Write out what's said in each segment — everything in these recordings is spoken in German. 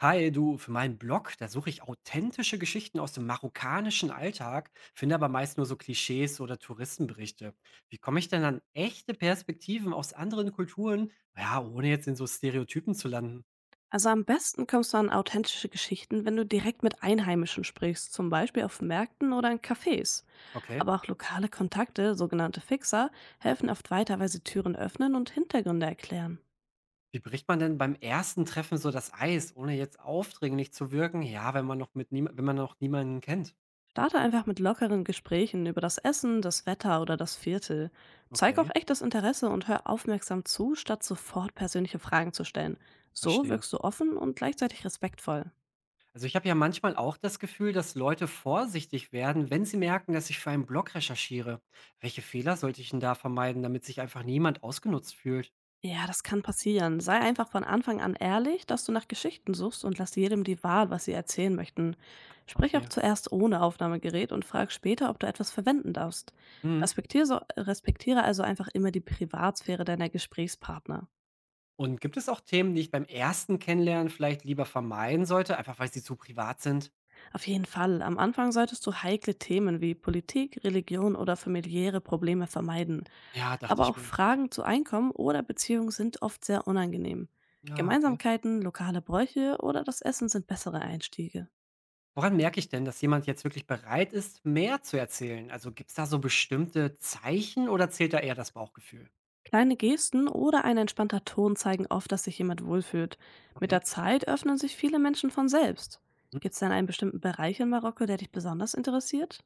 Hi, du, für meinen Blog, da suche ich authentische Geschichten aus dem marokkanischen Alltag, finde aber meist nur so Klischees oder Touristenberichte. Wie komme ich denn an echte Perspektiven aus anderen Kulturen, ja, ohne jetzt in so Stereotypen zu landen? Also am besten kommst du an authentische Geschichten, wenn du direkt mit Einheimischen sprichst, zum Beispiel auf Märkten oder in Cafés. Okay. Aber auch lokale Kontakte, sogenannte Fixer, helfen oft weiter, weil sie Türen öffnen und Hintergründe erklären. Wie bricht man denn beim ersten Treffen so das Eis, ohne jetzt aufdringlich zu wirken? Ja, wenn man noch mit niemand, wenn man noch niemanden kennt. Starte einfach mit lockeren Gesprächen über das Essen, das Wetter oder das Viertel. Zeig auch Okay, echtes Interesse und hör aufmerksam zu, statt sofort persönliche Fragen zu stellen. So verstehe. wirkst du offen und gleichzeitig respektvoll. Also ich habe ja manchmal auch das Gefühl, dass Leute vorsichtig werden, wenn sie merken, dass ich für einen Blog recherchiere. Welche Fehler sollte ich denn da vermeiden, damit sich einfach niemand ausgenutzt fühlt? Ja, das kann passieren. Sei einfach von Anfang an ehrlich, dass du nach Geschichten suchst und lass jedem die Wahl, was sie erzählen möchten. Sprich auch Okay. zuerst ohne Aufnahmegerät und frag später, ob du etwas verwenden darfst. Mhm. Respektiere also einfach immer die Privatsphäre deiner Gesprächspartner. Und gibt es auch Themen, die ich beim ersten Kennenlernen vielleicht lieber vermeiden sollte, einfach weil sie zu privat sind? Auf jeden Fall, am Anfang solltest du heikle Themen wie Politik, Religion oder familiäre Probleme vermeiden. Ja, dachte Aber ich auch mir. Fragen zu Einkommen oder Beziehungen sind oft sehr unangenehm. Ja, okay. Gemeinsamkeiten, lokale Bräuche oder das Essen sind bessere Einstiege. Woran merke ich denn, dass jemand jetzt wirklich bereit ist, mehr zu erzählen? Also gibt es da so bestimmte Zeichen oder zählt da eher das Bauchgefühl? Kleine Gesten oder ein entspannter Ton zeigen oft, dass sich jemand wohlfühlt. Mit der Okay. Zeit öffnen sich viele Menschen von selbst. Hm? Gibt es denn einen bestimmten Bereich in Marokko, der dich besonders interessiert?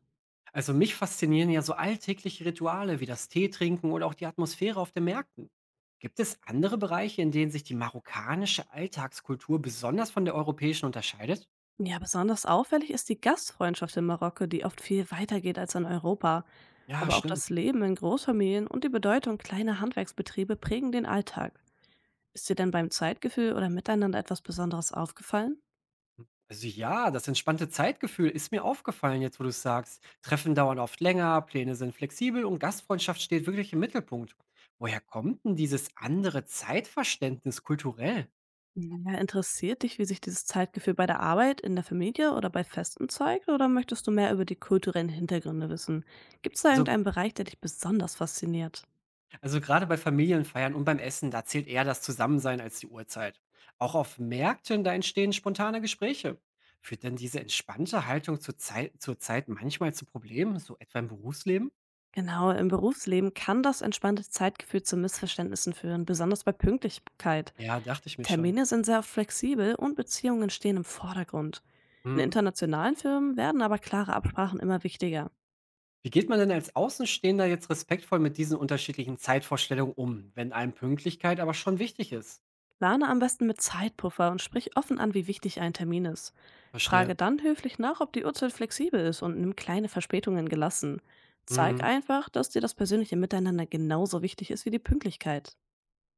Also mich faszinieren ja so alltägliche Rituale wie das Teetrinken oder auch die Atmosphäre auf den Märkten. Gibt es andere Bereiche, in denen sich die marokkanische Alltagskultur besonders von der europäischen unterscheidet? Ja, besonders auffällig ist die Gastfreundschaft in Marokko, die oft viel weiter geht als in Europa. Ja, Aber auch stimmt. das Leben in Großfamilien und die Bedeutung kleiner Handwerksbetriebe prägen den Alltag. Ist dir denn beim Zeitgefühl oder Miteinander etwas Besonderes aufgefallen? Also ja, das entspannte Zeitgefühl ist mir aufgefallen, jetzt wo du es sagst. Treffen dauern oft länger, Pläne sind flexibel und Gastfreundschaft steht wirklich im Mittelpunkt. Woher kommt denn dieses andere Zeitverständnis kulturell? Ja, interessiert dich, wie sich dieses Zeitgefühl bei der Arbeit, in der Familie oder bei Festen zeigt? Oder möchtest du mehr über die kulturellen Hintergründe wissen? Gibt es da So. irgendeinen Bereich, der dich besonders fasziniert? Also gerade bei Familienfeiern und beim Essen, da zählt eher das Zusammensein als die Uhrzeit. Auch auf Märkten, da entstehen spontane Gespräche. Führt denn diese entspannte Haltung zur Zeit manchmal zu Problemen, so etwa im Berufsleben? Genau, im Berufsleben kann das entspannte Zeitgefühl zu Missverständnissen führen, besonders bei Pünktlichkeit. Ja, dachte ich mir schon. Termine sind sehr oft flexibel und Beziehungen stehen im Vordergrund. In Mhm. internationalen Firmen werden aber klare Absprachen immer wichtiger. Wie geht man denn als Außenstehender jetzt respektvoll mit diesen unterschiedlichen Zeitvorstellungen um, wenn einem Pünktlichkeit aber schon wichtig ist? Plane am besten mit Zeitpuffer und sprich offen an, wie wichtig ein Termin ist. Frage Verstehe. dann höflich nach, ob die Uhrzeit flexibel ist und nimm kleine Verspätungen gelassen. Zeig Mhm. einfach, dass dir das persönliche Miteinander genauso wichtig ist wie die Pünktlichkeit.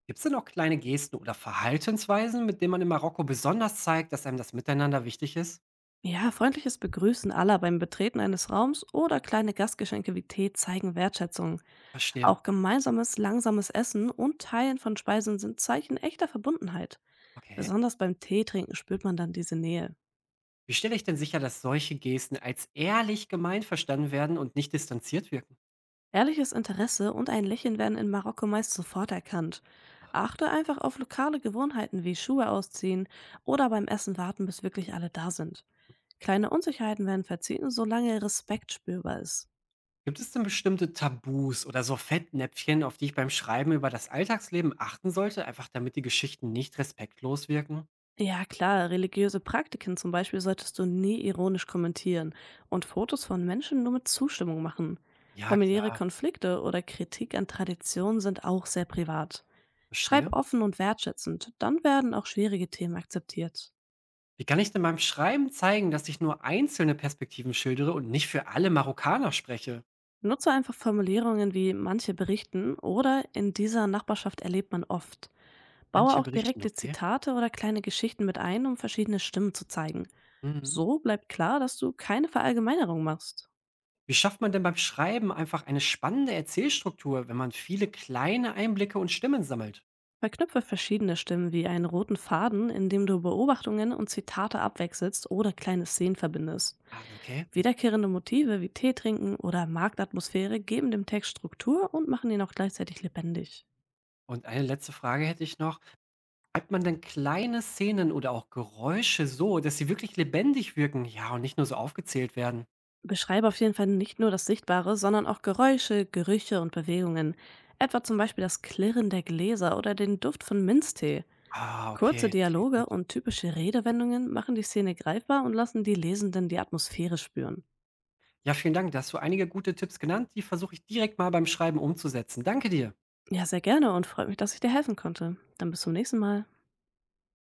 Gibt es denn auch kleine Gesten oder Verhaltensweisen, mit denen man in Marokko besonders zeigt, dass einem das Miteinander wichtig ist? Ja, freundliches Begrüßen aller beim Betreten eines Raums oder kleine Gastgeschenke wie Tee zeigen Wertschätzung. Verstehe. Auch gemeinsames, langsames Essen und Teilen von Speisen sind Zeichen echter Verbundenheit. Okay. Besonders beim Teetrinken spürt man dann diese Nähe. Wie stelle ich denn sicher, dass solche Gesten als ehrlich gemeint verstanden werden und nicht distanziert wirken? Ehrliches Interesse und ein Lächeln werden in Marokko meist sofort erkannt. Ah. Achte einfach auf lokale Gewohnheiten wie Schuhe ausziehen oder beim Essen warten, bis wirklich alle da sind. Kleine Unsicherheiten werden verziehen, solange Respekt spürbar ist. Gibt es denn bestimmte Tabus oder so Fettnäpfchen, auf die ich beim Schreiben über das Alltagsleben achten sollte, einfach damit die Geschichten nicht respektlos wirken? Ja klar, religiöse Praktiken zum Beispiel solltest du nie ironisch kommentieren und Fotos von Menschen nur mit Zustimmung machen. Ja, Familiäre klar, Konflikte oder Kritik an Traditionen sind auch sehr privat. Schreib verstehe. offen und wertschätzend, dann werden auch schwierige Themen akzeptiert. Wie kann ich denn beim Schreiben zeigen, dass ich nur einzelne Perspektiven schildere und nicht für alle Marokkaner spreche? Nutze einfach Formulierungen wie manche berichten oder in dieser Nachbarschaft erlebt man oft. Baue Manche auch berichten, direkte okay. Zitate oder kleine Geschichten mit ein, um verschiedene Stimmen zu zeigen. Mhm. So bleibt klar, dass du keine Verallgemeinerung machst. Wie schafft man denn beim Schreiben einfach eine spannende Erzählstruktur, wenn man viele kleine Einblicke und Stimmen sammelt? Verknüpfe verschiedene Stimmen wie einen roten Faden, indem du Beobachtungen und Zitate abwechselst oder kleine Szenen verbindest. Ah, okay. Wiederkehrende Motive wie Tee trinken oder Marktatmosphäre geben dem Text Struktur und machen ihn auch gleichzeitig lebendig. Und eine letzte Frage hätte ich noch. Schreibt man denn kleine Szenen oder auch Geräusche so, dass sie wirklich lebendig wirken? Ja, und nicht nur so aufgezählt werden. Beschreibe auf jeden Fall nicht nur das Sichtbare, sondern auch Geräusche, Gerüche und Bewegungen. Etwa zum Beispiel das Klirren der Gläser oder den Duft von Minztee. Ah, Kurze okay, das klingt Dialoge gut. und typische Redewendungen machen die Szene greifbar und lassen die Lesenden die Atmosphäre spüren. Ja, vielen Dank. Da hast du einige gute Tipps genannt. Die versuche ich direkt mal beim Schreiben umzusetzen. Danke dir. Ja, sehr gerne und freut mich, dass ich dir helfen konnte. Dann bis zum nächsten Mal.